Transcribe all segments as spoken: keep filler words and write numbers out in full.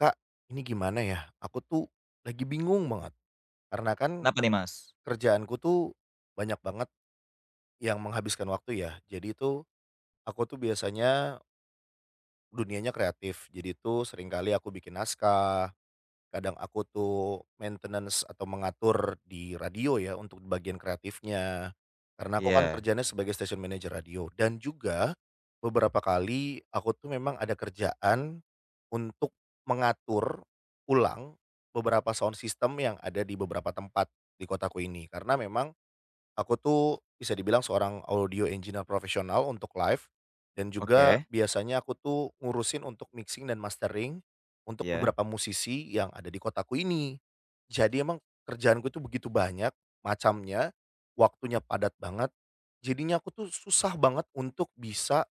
Kak, ini gimana ya, aku tuh lagi bingung banget. Karena kan Kenapa nih, Mas? kerjaanku tuh banyak banget yang menghabiskan waktu ya. Jadi itu aku tuh biasanya dunianya kreatif, jadi itu seringkali aku bikin naskah. Kadang aku tuh maintenance atau mengatur di radio ya untuk bagian kreatifnya, karena aku kan Iya. kerjanya sebagai station manager radio dan juga beberapa kali aku tuh memang ada kerjaan untuk mengatur ulang beberapa sound system yang ada di beberapa tempat di kotaku ini. Karena memang aku tuh bisa dibilang seorang audio engineer profesional untuk live dan juga Oke. biasanya aku tuh ngurusin untuk mixing dan mastering untuk Iya. beberapa musisi yang ada di kotaku ini. Jadi emang kerjaanku tuh begitu banyak macamnya, waktunya padat banget, jadinya aku tuh susah banget untuk bisa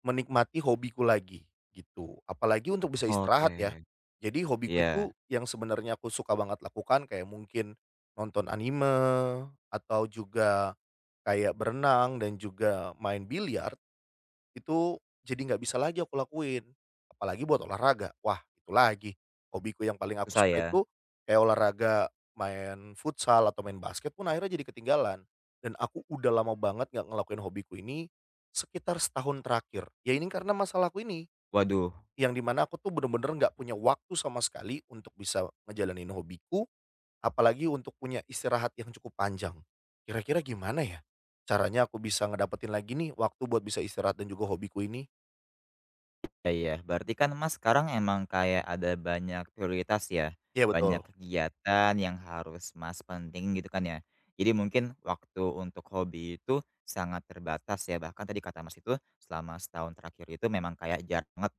menikmati hobiku lagi, gitu. Apalagi untuk bisa istirahat ya. Oke. Jadi hobiku Iya. itu yang sebenarnya aku suka banget lakukan kayak mungkin nonton anime, atau juga kayak berenang dan juga main biliar, itu jadi nggak bisa lagi aku lakuin, apalagi buat olahraga. Wah, itu lagi, hobiku yang paling aku Susah suka ya? itu kayak olahraga main futsal atau main basket pun akhirnya jadi ketinggalan. Dan aku udah lama banget nggak ngelakuin hobiku ini, sekitar setahun terakhir. Ya ini karena masalahku ini, Waduh. yang dimana aku tuh bener-bener nggak punya waktu sama sekali untuk bisa ngejalanin hobiku, apalagi untuk punya istirahat yang cukup panjang. Kira-kira gimana ya, caranya aku bisa ngedapetin lagi nih waktu buat bisa istirahat dan juga hobiku ini? Ya, iya. Berarti kan Mas sekarang emang kayak ada banyak prioritas ya, Iya banyak betul. kegiatan yang harus Mas penting gitu kan ya. Jadi mungkin waktu untuk hobi itu sangat terbatas ya, bahkan tadi kata Mas itu selama setahun terakhir itu memang kayak jarang banget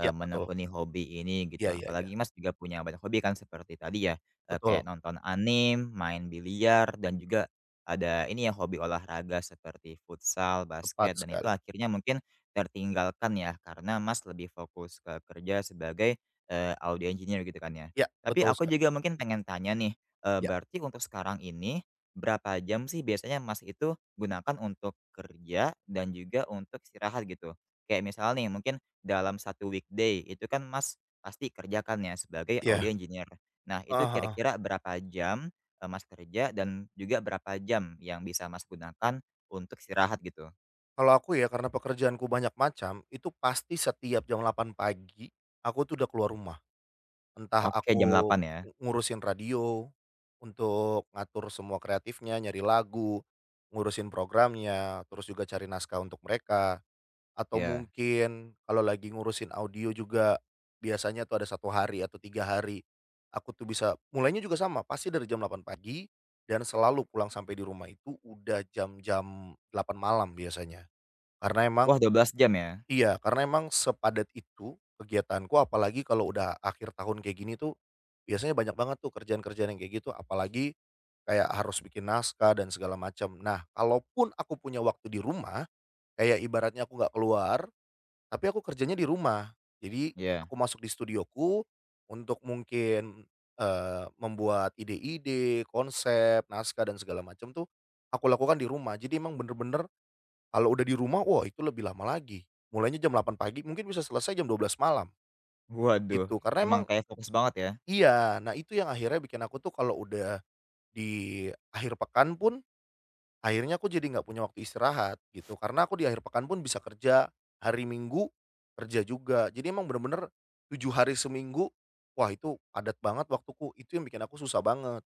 Iya betul. menekuni hobi ini gitu. Iya iya iya. Apalagi Mas juga punya banyak hobi kan seperti tadi ya, eee, kayak Betul, nonton anime, main biliar, dan juga ada ini ya hobi olahraga seperti futsal, tepat basket, dan itu sekali. akhirnya mungkin tertinggalkan ya karena Mas lebih fokus ke kerja sebagai, eee, audio engineer gitu kan ya. Iya, Tapi betul aku sekali. juga mungkin pengen tanya nih, eee, Iya berarti untuk sekarang ini berapa jam sih biasanya Mas itu gunakan untuk kerja dan juga untuk istirahat gitu? Kayak misal nih mungkin dalam satu weekday itu kan Mas pasti kerjakan ya sebagai audio iya. engineer. Nah itu Heeh heeh. kira-kira berapa jam, eee, Mas kerja dan juga berapa jam yang bisa Mas gunakan untuk istirahat gitu? Kalau aku ya karena pekerjaanku banyak macam, itu pasti setiap jam delapan pagi aku tuh udah keluar rumah. Entah Oke, jam aku delapan ya? ngu ngurusin radio untuk ngatur semua kreatifnya, nyari lagu, ngurusin programnya, terus juga cari naskah untuk mereka. Atau Ya. mungkin kalau lagi ngurusin audio juga biasanya tuh ada satu hari atau tiga hari. Aku tuh bisa mulainya juga sama, pasti dari jam delapan pagi dan selalu pulang sampai di rumah itu udah jam-jam delapan malam biasanya. Karena emang Wah, dua belas jam ya? iya, karena emang sepadat itu kegiatanku, apalagi kalau udah akhir tahun kayak gini tuh biasanya banyak banget tuh kerjaan-kerjaan yang kayak gitu, apalagi kayak harus bikin naskah dan segala macam. Nah, kalaupun aku punya waktu di rumah, kayak ibaratnya aku nggak keluar tapi aku kerjanya di rumah. Jadi Ya. aku masuk di studioku untuk mungkin, eee, membuat ide-ide, konsep, naskah dan segala macam tuh aku lakukan di rumah. Jadi emang bener-bener kalau udah di rumah, wah itu lebih lama lagi. Mulainya jam delapan pagi mungkin bisa selesai jam dua belas malam Waduh, gitu. Karena emang emang kayak fokus banget ya? iya, nah itu yang akhirnya bikin aku tuh kalau udah di akhir pekan pun akhirnya aku jadi nggak punya waktu istirahat gitu, karena aku di akhir pekan pun bisa kerja, hari Minggu kerja juga. Jadi emang bener-bener tujuh hari seminggu, wah itu padat banget waktuku, itu yang bikin aku susah banget.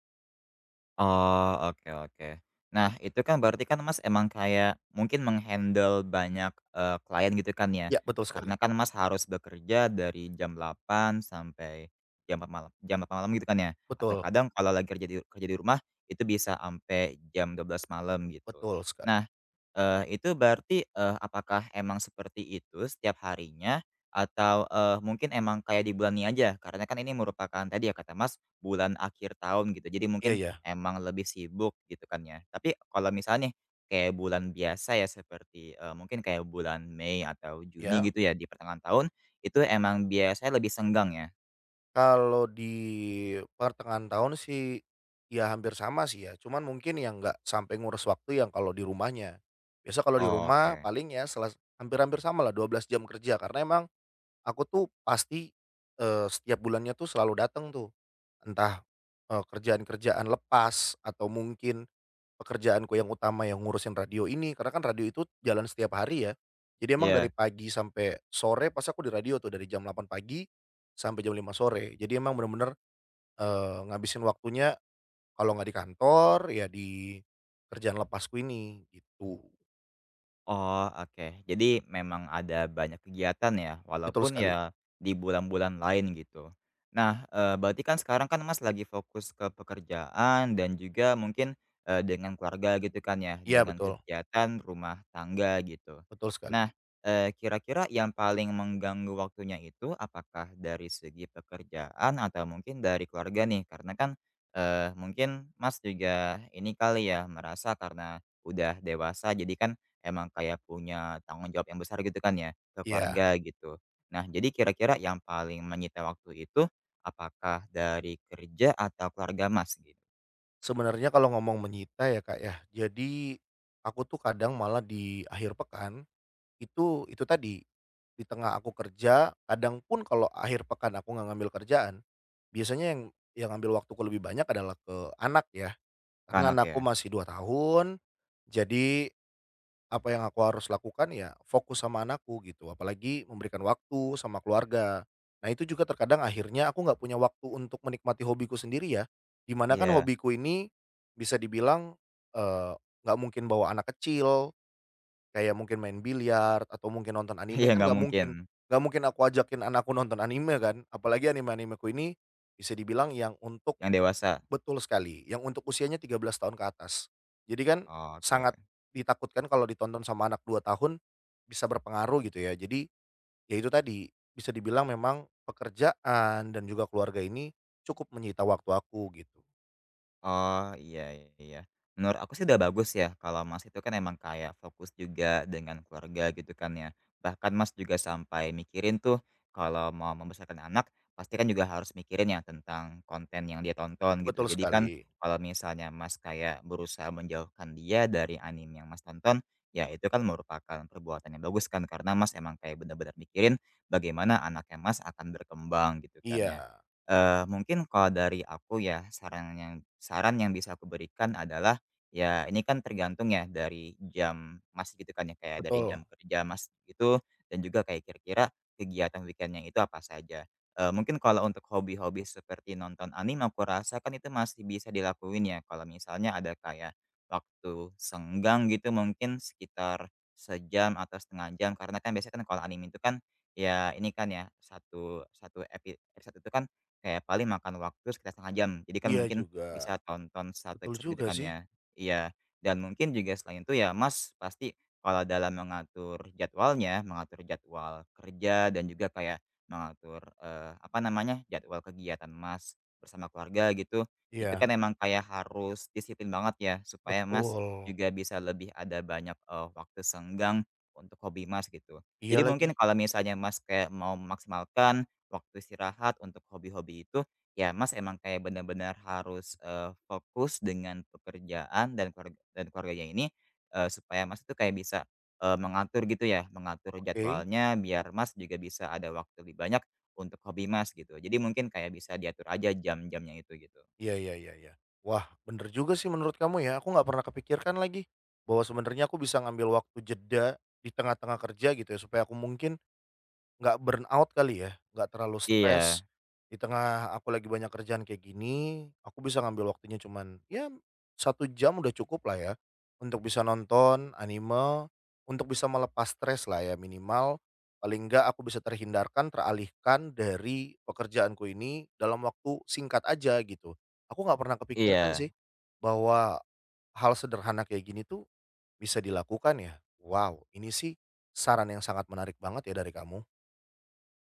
Oh, oke, oke. Nah, itu kan berarti kan Mas emang kayak mungkin menghandle banyak, eee, klien gitu kan ya? Ya betul sekali, Karena kan Mas harus bekerja dari jam delapan sampai jam empat malam, jam delapan malam gitu kan ya? Atau betul, kadang kalau lagi kerja di kerja di rumah, itu bisa sampai jam dua belas malam gitu. betul sekali. Nah, Eee, itu berarti, eee, apakah emang seperti itu setiap harinya, atau, eee, mungkin emang kayak di bulan ini aja? Karena kan ini merupakan tadi ya kata Mas, bulan akhir tahun gitu, jadi Iya mungkin iya, emang lebih sibuk gitu kan ya. Tapi kalau misalnya nih, kayak bulan biasa ya seperti, eee, mungkin kayak bulan Mei atau Juni ya. gitu ya, di pertengahan tahun, itu emang biasanya lebih senggang ya? Kalau di pertengahan tahun sih, ya hampir sama sih ya, cuman mungkin yang nggak sampai ngurus waktu yang kalau di rumahnya. Biasa kalau di rumah Oke, paling ya selas hampir-hampir sama lah dua belas jam kerja, karena emang aku tuh pasti, eee, setiap bulannya tuh selalu datang tuh, entah, eee, kerjaan-kerjaan lepas atau mungkin pekerjaanku yang utama yang ngurusin radio ini, karena kan radio itu jalan setiap hari ya. Jadi emang dari ya. pagi sampai sore pas aku di radio tuh, dari jam delapan pagi sampai jam lima sore. Jadi emang bener-bener, eee, ngabisin waktunya kalau nggak di kantor ya di kerjaan lepasku ini, gitu. Oh, oke. Jadi memang ada banyak kegiatan ya, Betul walaupun sekali. ya di bulan-bulan lain gitu. Nah, eee, berarti kan sekarang kan Mas lagi fokus ke pekerjaan dan juga mungkin, eee, dengan keluarga gitu kan ya, Iya dengan betul, kegiatan rumah tangga gitu. betul sekali. Nah, eee, kira-kira yang paling mengganggu waktunya itu apakah dari segi pekerjaan atau mungkin dari keluarga nih? Karena kan, eee, mungkin Mas juga ini kali ya merasa karena udah dewasa jadi kan emang kayak punya tanggung jawab yang besar gitu kan ya, ke Iya. keluarga gitu. Nah, jadi kira-kira yang paling menyita waktu itu, apakah dari kerja atau keluarga Mas gitu? Sebenarnya kalau ngomong menyita ya Kak ya, jadi aku tuh kadang malah di akhir pekan, itu itu tadi, di tengah aku kerja, kadang pun kalau akhir pekan aku nggak ngambil kerjaan, biasanya yang yang ngambil waktuku lebih banyak adalah ke anak ya, Ke karena anak anakku ya? masih dua tahun, jadi apa yang aku harus lakukan ya fokus sama anakku gitu, apalagi memberikan waktu sama keluarga. Nah itu juga terkadang akhirnya aku nggak punya waktu untuk menikmati hobiku sendiri ya, dimana kan Iya. hobiku ini bisa dibilang, eee, nggak mungkin bawa anak kecil, kayak mungkin main biliar atau mungkin nonton anime Iya, kan nggak nggak mungkin, mungkin nggak mungkin aku ajakin anakku nonton anime kan, apalagi anime-animeku ini bisa dibilang yang untuk. yang dewasa? Betul sekali, yang untuk usianya tiga belas tahun ke atas. Jadi kan Oke. sangat ditakutkan kalau ditonton sama anak dua tahun bisa berpengaruh gitu ya. Jadi ya itu tadi, bisa dibilang memang pekerjaan dan juga keluarga ini cukup menyita waktu aku gitu. Oh, iya, iya. Iya. Menurut aku sih udah bagus ya kalau Mas itu kan emang kayak fokus juga dengan keluarga gitu kan ya. Bahkan Mas juga sampai mikirin tuh kalau mau membesarkan anak pasti kan juga harus mikirin ya tentang konten yang dia tonton gitu. Betul Jadi kan sekali. kalau misalnya Mas kayak berusaha menjauhkan dia dari anime yang Mas tonton, ya itu kan merupakan perbuatan yang bagus kan karena Mas emang kayak benar-benar mikirin bagaimana anaknya Mas akan berkembang gitu kan ya. Iya, Eee, mungkin kalau dari aku ya saran yang saran yang bisa aku berikan adalah, ya ini kan tergantung ya dari jam Mas gitu kan ya, kayak dari betul. jam kerja Mas gitu dan juga kayak kira-kira kegiatan weekendnya itu apa saja. Eee, mungkin kalau untuk hobi-hobi seperti nonton anime aku rasa kan itu masih bisa dilakuin ya kalau misalnya ada kayak waktu senggang gitu mungkin sekitar sejam atau setengah jam, karena kan biasanya kan kalau anime itu kan, ya ini kan ya satu satu epi episode satu itu kan kayak paling makan waktu sekitar setengah jam. Jadi kan Iya mungkin juga. bisa tonton satu Betul episode gitu juga kan sih. ya. Iya, dan mungkin juga selain itu ya Mas pasti kalau dalam mengatur jadwalnya, mengatur jadwal kerja dan juga kayak mengatur, eee, apa namanya, jadwal kegiatan Mas bersama keluarga gitu, itu Iya, kan emang kayak harus disiplin banget ya supaya Mas betul. juga bisa lebih ada banyak, eee, waktu senggang untuk hobi Mas gitu. Iya Jadi mungkin lagi. kalau misalnya Mas kayak mau memaksimalkan waktu istirahat untuk hobi-hobi itu, ya Mas emang kayak benar-benar harus, eee, fokus dengan pekerjaan dan keluarga dan keluarganya ini, eee, supaya Mas itu kayak bisa, eee, mengatur gitu ya, mengatur Oke. jadwalnya biar Mas juga bisa ada waktu lebih banyak untuk hobi Mas gitu. Jadi mungkin kayak bisa diatur aja jam-jamnya itu gitu. Iya iya iya iya. Wah, bener juga sih menurut kamu ya, aku nggak pernah kepikirkan lagi, bahwa sebenarnya aku bisa ngambil waktu jeda di tengah-tengah kerja gitu ya, supaya aku mungkin, nggak burnout kali ya, nggak terlalu Iya, stres, di tengah aku lagi banyak kerjaan kayak gini, aku bisa ngambil waktunya cuman, ya satu jam udah cukup lah ya, untuk bisa nonton anime, untuk bisa melepas stres lah ya minimal, paling nggak aku bisa terhindarkan, teralihkan dari pekerjaanku ini dalam waktu singkat aja gitu. Aku nggak pernah kepikirkan sih, iya. bahwa hal sederhana kayak gini tuh bisa dilakukan ya. Wow, ini sih saran yang sangat menarik banget ya dari kamu.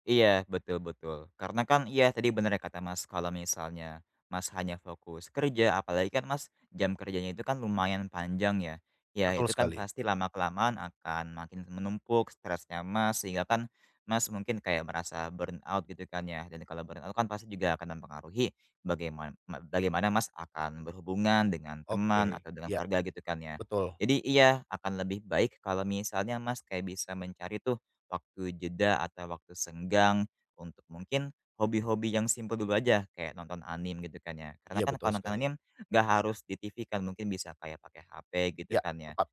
Iya, betul, betul. Karena kan iya tadi bener ya kata Mas, kalau misalnya Mas hanya fokus kerja, apalagi kan Mas jam kerjanya itu kan lumayan panjang ya. Ya Betul itu kan sekali. pasti lama-kelamaan akan makin menumpuk stresnya Mas, sehingga kan Mas mungkin kayak merasa burn out gitu kan ya. Dan kalau burn out kan pasti juga akan mempengaruhi bagaimana bagaimana Mas akan berhubungan dengan Oke, teman atau dengan iya, keluarga gitu kan ya. betul. Jadi iya akan lebih baik kalau misalnya Mas kayak bisa mencari tuh waktu jeda atau waktu senggang untuk mungkin hobi-hobi yang simpel dulu aja kayak nonton anime gitu kan ya. Karena Iya, kan betul kalau nonton sekali. anime nggak harus di T V kan, mungkin bisa kayak pakai H P gitu Iya, kan ya. tepat.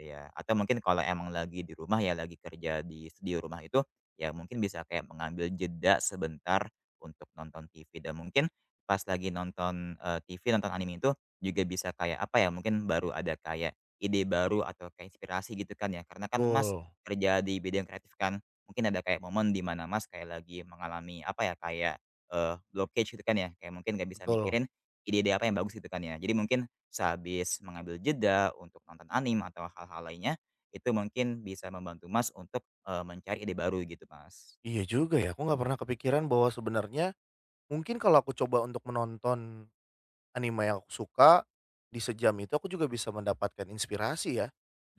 Iya, atau mungkin kalau emang lagi di rumah ya, lagi kerja di studio rumah itu, ya mungkin bisa kayak mengambil jeda sebentar untuk nonton T V, dan mungkin pas lagi nonton, eee, T V, nonton anime itu juga bisa kayak apa ya, mungkin baru ada kayak ide baru atau kayak inspirasi gitu kan ya, karena kan Betul, Mas kerja di bidang kreatif kan, mungkin ada kayak momen di mana Mas kayak lagi mengalami apa ya, kayak, eee, blockage gitu kan ya, kayak mungkin nggak bisa betul. mikirin ide-ide apa yang bagus gitu kan ya. Jadi mungkin sehabis mengambil jeda untuk nonton anime atau hal-hal lainnya, itu mungkin bisa membantu Mas untuk, eee, mencari ide baru gitu, Mas. Iya juga ya, aku nggak pernah kepikiran bahwa sebenarnya mungkin kalau aku coba untuk menonton anime yang aku suka, di sejam itu aku juga bisa mendapatkan inspirasi ya,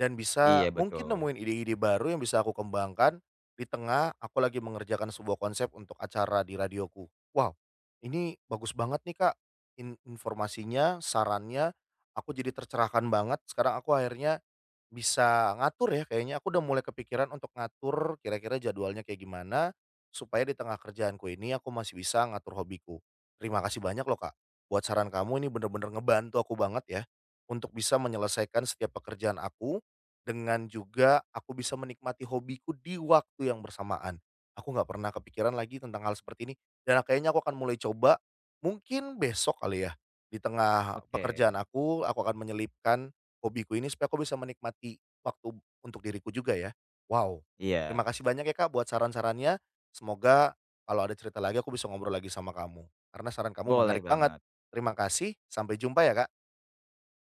dan Iya, bisa mungkin betul. nemuin ide-ide baru yang bisa aku kembangkan di tengah aku lagi mengerjakan sebuah konsep untuk acara di radioku. Wow, ini bagus banget nih Kak, in informasinya, sarannya, aku jadi tercerahkan banget, sekarang aku akhirnya bisa ngatur ya kayaknya, aku udah mulai kepikiran untuk ngatur kira-kira jadwalnya kayak gimana, supaya di tengah kerjaanku ini aku masih bisa ngatur hobiku. Terima kasih banyak loh Kak, buat saran kamu ini bener-bener ngebantu aku banget ya, untuk bisa menyelesaikan setiap pekerjaan aku, dengan juga aku bisa menikmati hobiku di waktu yang bersamaan. Aku nggak pernah kepikiran lagi tentang hal seperti ini, dan kayaknya aku akan mulai coba, mungkin besok kali ya, di tengah pekerjaan Oke. aku, aku akan menyelipkan hobiku ini supaya aku bisa menikmati waktu untuk diriku juga ya. Wow, terima Iya, kasih banyak ya Kak buat saran-sarannya. Semoga kalau ada cerita lagi aku bisa ngobrol lagi sama kamu, karena saran kamu boleh menarik banget. banget. Terima kasih, sampai jumpa ya Kak.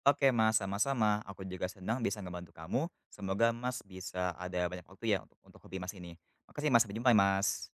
Oke, Mas, sama-sama, aku juga senang bisa ngebantu kamu. Semoga Mas bisa ada banyak waktu ya untuk untuk hobi Mas ini. Makasih Mas, sampai jumpa ya, Mas.